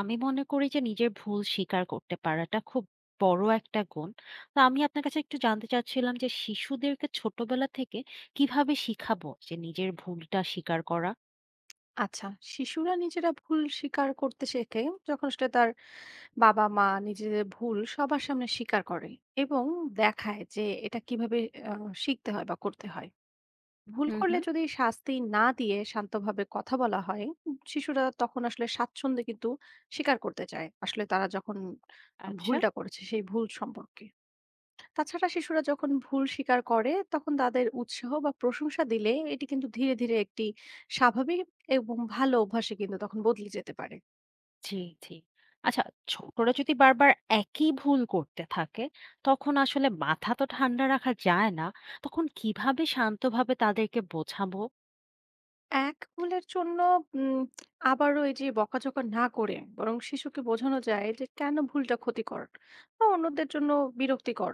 আমি মনে করি যে নিজের ভুল স্বীকার করতে পারাটা খুব বড় একটা গুণ। তো আমি আপনার কাছে একটু জানতে চাচ্ছিলাম যে শিশুদেরকে ছোটবেলা থেকে কিভাবে শিখাবো যে নিজের ভুলটা স্বীকার করা? আচ্ছা, শিশুরা নিজেরা ভুল স্বীকার করতে শেখে যখন সেটা তার বাবা-মা নিজেদের ভুল সবার সামনে স্বীকার করে এবং দেখায় যে এটা কিভাবে আ শিখতে হয় বা করতে হয়। ভুল হুম, করলে হুম। যদি শাস্তি না দিয়ে শান্তভাবে কথা বলা হয়, শিশুরা তখন আসলে স্বাচ্ছন্দ্যে কিন্তু স্বীকার করতে চায়। আসলে তারা যখন আচ্ছা। ভুলটা করেছে সেই ভুল সম্পর্কে। তাছাড়া শিশুরা যখন ভুল স্বীকার করে তখন তাদের উৎসাহ বা প্রশংসা দিলে এটি কিন্তু ধীরে ধীরে একটি স্বাভাবিক এবং ভালো অভ্যাসে কিন্তু তখন বদলে যেতে পারে। জি, জি। আচ্ছা ছোটরা যদি বারবার একই ভুল করতে থাকে, তখন আসলে মাথা তো ঠান্ডা রাখা যায় না। তখন কিভাবে শান্তভাবে তাদেরকে বোঝাবো? এক ভুলের জন্য উম, আবারও এই যে বকাঝকা না করে বরং শিশুকে বোঝানো যায় যে কেন ভুলটা ক্ষতিকর বা অন্যদের জন্য বিরক্তিকর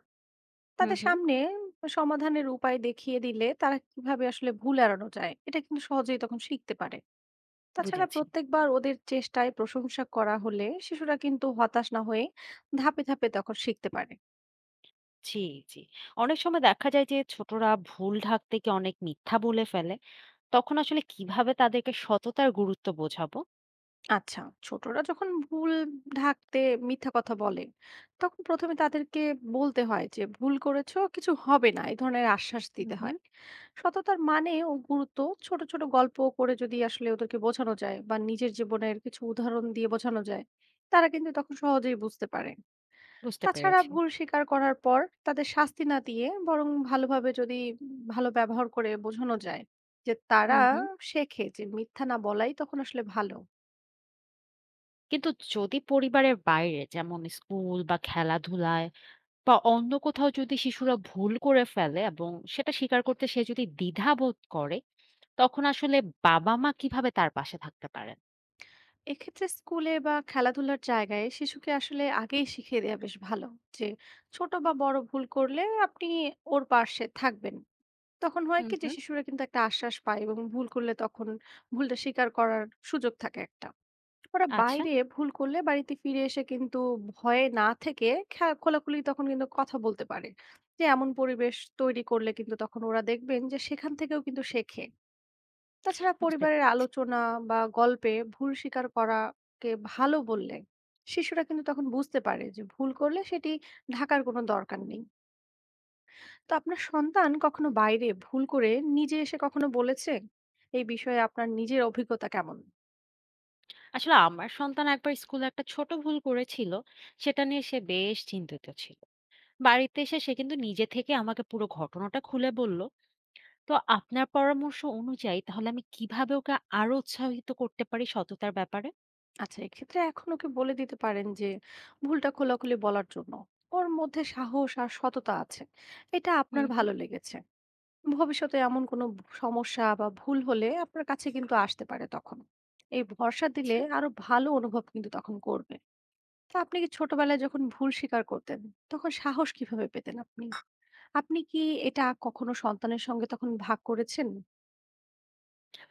হুম, তাদের হুম। সামনে সমাধানের উপায় দেখিয়ে দিলে তারা কিভাবে আসলে ভুল এড়ানো যায় এটা কিন্তু সহজেই তখন শিখতে পারে। তাছাড়া বুঝেছি। প্রত্যেকবার ওদের চেষ্টায় প্রশংসা করা হলে শিশুরা কিন্তু হতাশ না হয়ে ধাপে ধাপে তখন শিখতে পারে। জি, জি। অনেক সময় দেখা যায় যে ছোটরা ভুল ঢাকতে গিয়ে অনেক মিথ্যা বলে ফেলে। তখন আসলে কিভাবে তাদেরকে সততার গুরুত্ব বোঝাবো? আচ্ছা, ছোটরা যখন ভুল ঢাকতে মিথ্যা কথা বলে তখন প্রথমে তাদেরকে বলতে হয় যে ভুল করেছো কিছু হবে না এই ধরনের আশ্বাস হুম, দিতে হুম। হয়। সততার মানে ও গুরুত্ব ছোট ছোট গল্প করে যদি আসলে ওদেরকে বোঝানো যায় বা নিজের জীবনের কিছু উদাহরণ দিয়ে বোঝানো যায় তারা কিন্তু তখন সহজেই বুঝতে পারে। বুঝতে তাছাড়া পেরেছি। ভুল স্বীকার করার পর তাদের শাস্তি না দিয়ে বরং ভালোভাবে যদি ভালো ব্যবহার করে বোঝানো যায় যে তারা হুম, হুম। শেখে যে মিথ্যা না বলাই তখন আসলে ভালো। কিন্তু যদি পরিবারের বাইরে যেমন স্কুল বা খেলাধুলায় বা অন্য কোথাও যদি শিশুরা ভুল করে ফেলে এবং সেটা স্বীকার করতে সে যদি দ্বিধাবোধ করে, তখন আসলে বাবা-মা কিভাবে তার পাশে থাকতে পারেন? এক্ষেত্রে স্কুলে বা খেলাধুলার জায়গায় শিশুকে আসলে আগেই শিখিয়ে দেওয়া বেশ ভালো যে ছোট বা বড় ভুল করলে আপনি ওর পাশে থাকবেন। তখন হয় হুম, কি যে হুম। শিশুরা কিন্তু একটা আশ্বাস পায় এবং ভুল করলে তখন ভুলটা স্বীকার করার সুযোগ থাকে একটা। ওরা আচ্ছা, বাইরে ভুল করলে বাড়িতে ফিরে এসে কিন্তু ভয়ে না থেকে খোলাখুলি তখন কিন্তু কথা বলতে পারে, যে এমন পরিবেশ তৈরি করলে কিন্তু তখন ওরা দেখবেন যে সেখান থেকেও কিন্তু শেখে। তাছাড়া বুঝতে পে। পরিবারের আলোচনা বা গল্পে ভুল স্বীকার করাকে ভালো বললে শিশুরা কিন্তু তখন বুঝতে পারে যে ভুল করলে সেটি ঢাকার কোনো দরকার নেই। তো আপনার সন্তান কখনো বাইরে ভুল করে নিজে এসে কখনো বলেছে, এই বিষয়ে আপনার নিজের অভিজ্ঞতা কেমন? আসলে আমার সন্তান একবার স্কুলে একটা ছোট ভুল করেছিল, সেটা নিয়ে সে বেশ চিন্তিত ছিল। বাড়িতে এসে সে কিন্তু নিজে থেকে আমাকে পুরো ঘটনাটা খুলে বলল। তো আপনার পরামর্শ অনুযায়ী তাহলে আমি কিভাবে ওকে আরো উৎসাহিত করতে পারি সততার ব্যাপারে? আচ্ছা, এক্ষেত্রে এখন ওকে বলে দিতে পারেন যে ভুলটা খোলাখুলি বলার জন্য ওর মধ্যে সাহস আর সততা আছে, এটা আপনার হুম, হুম। ভালো লেগেছে। ভবিষ্যতে এমন কোনো সমস্যা বা ভুল হলে আপনার কাছে কিন্তু আসতে পারে তখন, এই ভরসা আচ্ছা, দিলে আরো ভালো অনুভব কিন্তু তখন করবে। তো আপনি কি ছোটবেলায় যখন ভুল স্বীকার করতেন তখন সাহস কিভাবে পেতেন আপনি? আপনি কি এটা কখনো সন্তানের সঙ্গে তখন ভাগ করেছেন?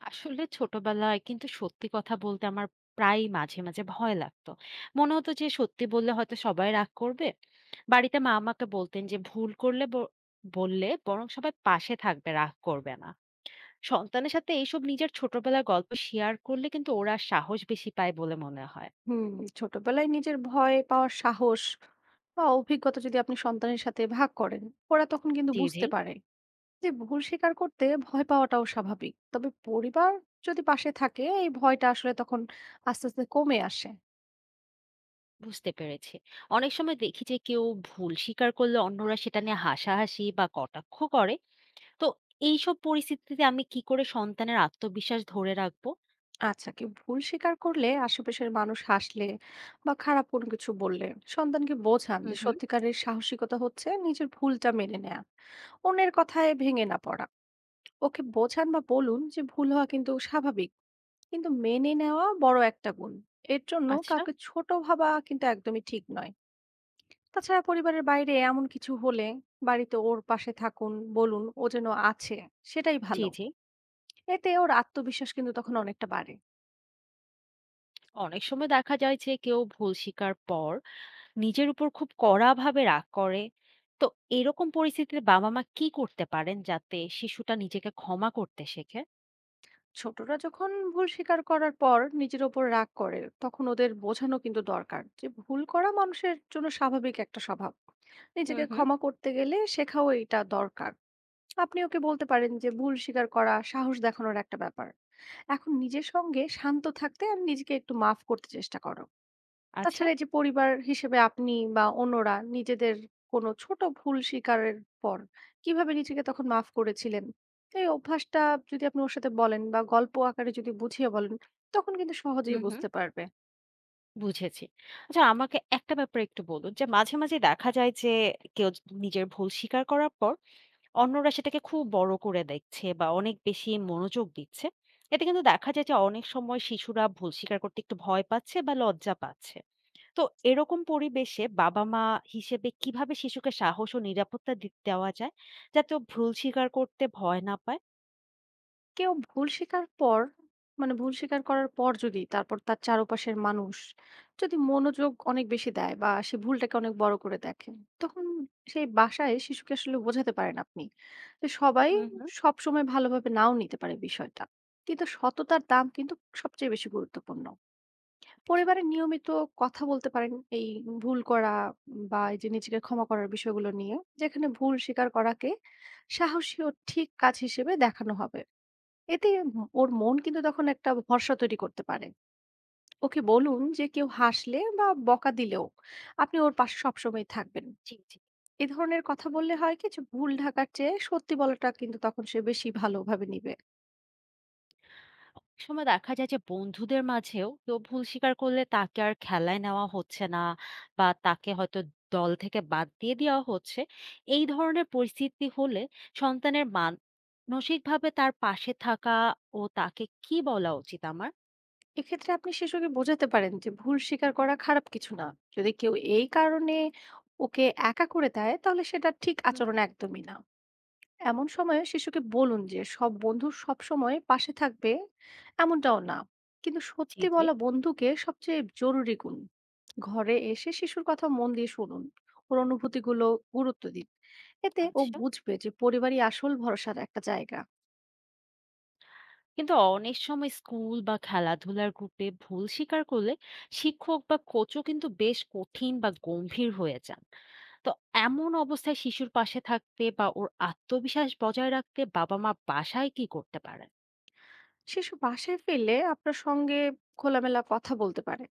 আসলে ছোটবেলায় কিন্তু সত্যি কথা বলতে আমার প্রায়ই মাঝে, মাঝে ভয় লাগতো। মনে হতো যে সত্যি বললে হয়তো সবাই রাগ করবে। বাড়িতে মা আমাকে বলতেন যে ভুল করলে বললে বরং সবাই পাশে থাকবে, রাগ করবে না। সন্তানের সাথে এইসব নিজের ছোটবেলার গল্প শেয়ার করলে কিন্তু ওরা সাহস বেশি পায় বলে মনে হয়। হুম, ছোটবেলায় নিজের ভয় পাওয়ার সাহস বা অভিজ্ঞতা যদি আপনি সন্তানের সাথে ভাগ করেন, ওরা তখন কিন্তু জি, জি। বুঝতে পারে যে ভুল স্বীকার করতে ভয় পাওয়াটাও স্বাভাবিক। তবে পরিবার যদি পাশে থাকে এই ভয়টা আসলে তখন আস্তে আস্তে কমে আসে। বুঝতে পেরেছি। অনেক সময় দেখি যে কেউ ভুল স্বীকার করলে অন্যরা সেটা নিয়ে হাসাহাসি বা কটাক্ষ করে। তো এইসব পরিস্থিতিতে আমি কি করে সন্তানের আত্মবিশ্বাস ধরে রাখবো? আচ্ছা, কেউ ভুল স্বীকার করলে আশেপাশের মানুষ হাসলে বা খারাপ কোনো কিছু বললে সন্তানকে বোঝান যে হুম হুম। সত্যিকারের সাহসিকতা হচ্ছে নিজের ভুলটা মেনে নেয়া। অন্যের কথায় ভেঙে না পড়া। ওকে বোঝান বা বলুন যে ভুল হওয়া কিন্তু স্বাভাবিক। কিন্তু মেনে নেওয়া বড় একটা গুণ, এর জন্য আচ্ছা। কাউকে ছোট ভাবা কিন্তু একদমই ঠিক নয়। তাছাড়া পরিবারের বাইরে এমন কিছু হলে বাড়িতে ওর পাশে থাকুন, বলুন ও যেন আছে সেটাই জি, ভালো। জি। এতে ওর আত্মবিশ্বাস কিন্তু তখন অনেকটা বাড়ে। অনেক সময় দেখা যায় যে কেউ ভুল স্বীকার পর নিজের উপর খুব কড়াভাবে রাগ করে। তো এরকম পরিস্থিতিতে বাবা-মা কি করতে পারেন যাতে শিশুটা নিজেকে ক্ষমা করতে শেখে? ছোটরা যখন ভুল স্বীকার করার পর নিজের ওপর রাগ করে তখন ওদের বোঝানো কিন্তু দরকার যে ভুল করা মানুষের জন্য স্বাভাবিক একটা স্বভাব। হুম নিজেকে হুম। ক্ষমা করতে গেলে শেখাও এটা দরকার। আপনি ওকে বলতে পারেন যে ভুল স্বীকার করা, সাহস দেখানোর একটা ব্যাপার। এখন নিজের সঙ্গে শান্ত থাকতে আর নিজেকে একটু মাফ করতে চেষ্টা করো। আচ্ছা। তাছাড়া এই যে পরিবার হিসেবে আপনি বা অন্যরা নিজেদের কোনো ছোট ভুল স্বীকারের পর কিভাবে নিজেকে তখন মাফ করেছিলেন, এই অভ্যাসটা যদি আপনি ওর সাথে বলেন বা গল্প আকারে যদি বুঝিয়ে বলেন, তখন কিন্তু হুম সহজেই হুম। বুঝতে পারবে। বুঝেছি। আচ্ছা আমাকে একটা ব্যাপারে একটু বলুন যে মাঝে, মাঝে দেখা যায় যে কেউ নিজের ভুল স্বীকার করার পর অন্যরা সেটাকে খুব বড় করে দেখছে বা অনেক বেশি মনোযোগ দিচ্ছে। এতে কিন্তু দেখা যায় যে অনেক সময় শিশুরা ভুল স্বীকার করতে একটু ভয় পাচ্ছে বা লজ্জা পাচ্ছে। তো এরকম পরিবেশে বাবা-মা হিসেবে কিভাবে শিশুকে সাহস ও নিরাপত্তা দেওয়া যায়? যাতে ও ভুল স্বীকার করতে ভয় না পায়? কেউ ভুল স্বীকার পর, ভুল স্বীকার করার পর যদি তারপর তার চারপাশের মানুষ যদি মনোযোগ অনেক বেশি দেয় বা সে ভুলটাকে অনেক বড় করে দেখে তখন সেই বাসায় শিশুকে আসলে বোঝাতে পারেন আপনি যে সবাই হুম, হুম। সব সময় ভালোভাবে নাও নিতে পারে বিষয়টা, কিন্তু সততার দাম কিন্তু সবচেয়ে বেশি গুরুত্বপূর্ণ। আচ্ছা। পরিবারে নিয়মিত কথা বলতে পারেন এই ভুল করা বা এই যে নিজেকে ক্ষমা করার বিষয়গুলো নিয়ে, যেখানে ভুল স্বীকার করাকে সাহসী ও ঠিক কাজ হিসেবে দেখানো হবে। এতে ওর মন কিন্তু তখন একটা ভরসা তৈরি করতে পারে। ওকে বলুন যে কেউ হাসলে বা বকা দিলেও আপনি ওর পাশে সবসময় থাকবেন। জি, জি। এ ধরনের কথা বললে হয় কি যে ভুল ঢাকার চেয়ে সত্যি বলাটা কিন্তু তখন সে বেশি ভালোভাবে নিবে। অনেক সময় দেখা যায় যে বন্ধুদের মাঝেও কেউ ভুল স্বীকার করলে তাকে আর খেলায় নেওয়া হচ্ছে না বা তাকে হয়তো দল থেকে বাদ দিয়ে দেওয়া হচ্ছে। এই ধরনের পরিস্থিতি হলে সন্তানের মানসিকভাবে তার পাশে থাকা ও তাকে কি বলা উচিত আমার? এক্ষেত্রে আপনি শিশুকে বোঝাতে পারেন যে ভুল স্বীকার করা খারাপ কিছু না। যদি কেউ এই কারণে ওকে একা করে দেয় তাহলে সেটা ঠিক হুম। আচরণ একদমই না। এমন সময়ে শিশুকে বলুন যে সব বন্ধু সব সময় পাশে থাকবে এমনটাও না, কিন্তু জি সত্যি জি। বলা বন্ধুকে সবচেয়ে জরুরি গুণ। ঘরে এসে শিশুর কথা মন দিয়ে শুনুন, ওর অনুভূতিগুলো গুরুত্ব দিন। এতে ও আচ্ছা বুঝবে যে পরিবারই আসল ভরসার একটা জায়গা। কিন্তু অনেক সময় স্কুল বা খেলাধুলার গ্রুপে ভুল স্বীকার করলে শিক্ষক বা কোচও কিন্তু বেশ কঠিন বা গম্ভীর হয়ে যান। তো এমন অবস্থায় শিশুর পাশে থাকতে বা ওর আত্মবিশ্বাস বজায় রাখতে বাবা মা বাসায় কি করতে পারেন? শিশু বাসায় ফিরলে আপনার সঙ্গে খোলামেলা কথা বলতে পারে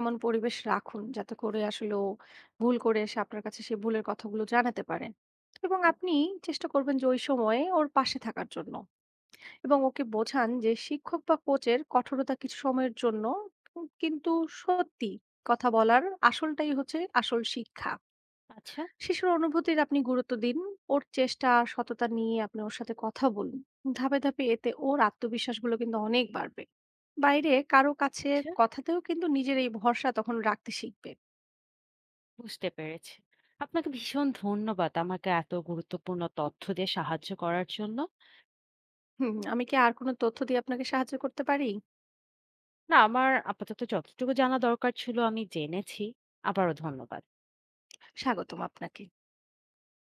এমন পরিবেশ রাখুন, যাতে করে আসলে ও ভুল করে এসে আপনার কাছে সেই ভুলের কথাগুলো জানাতে পারে, এবং হুম, আপনি চেষ্টা করবেন যে ওই সময়ে ওর পাশে থাকার জন্য। এবং ওকে বোঝান যে শিক্ষক বা কোচের কঠোরতা কিছু সময়ের জন্য, কিন্তু সত্যি কথা বলার আসলটাই হচ্ছে আসল শিক্ষা। আচ্ছা। শিশুর অনুভূতির আপনি গুরুত্ব দিন, ওর চেষ্টা আর সততা নিয়ে আপনি ওর সাথে কথা বলুন। ধাপে ধাপে এতে ওর আত্মবিশ্বাসগুলো কিন্তু অনেক বাড়বে। বাইরে কারো কাছে আচ্ছা কথাতেও কিন্তু নিজের এই ভরসা তখন রাখতে শিখবে। বুঝতে পেরেছি। আপনাকে ভীষণ ধন্যবাদ আমাকে এত গুরুত্বপূর্ণ তথ্য দিয়ে সাহায্য করার জন্য। হুম, আমি কি আর কোনো তথ্য দিয়ে আপনাকে সাহায্য করতে পারি? না আমার আপাতত যতটুকু জানা দরকার ছিল আমি জেনেছি। আবারও ধন্যবাদ। স্বাগতম আপনাকে।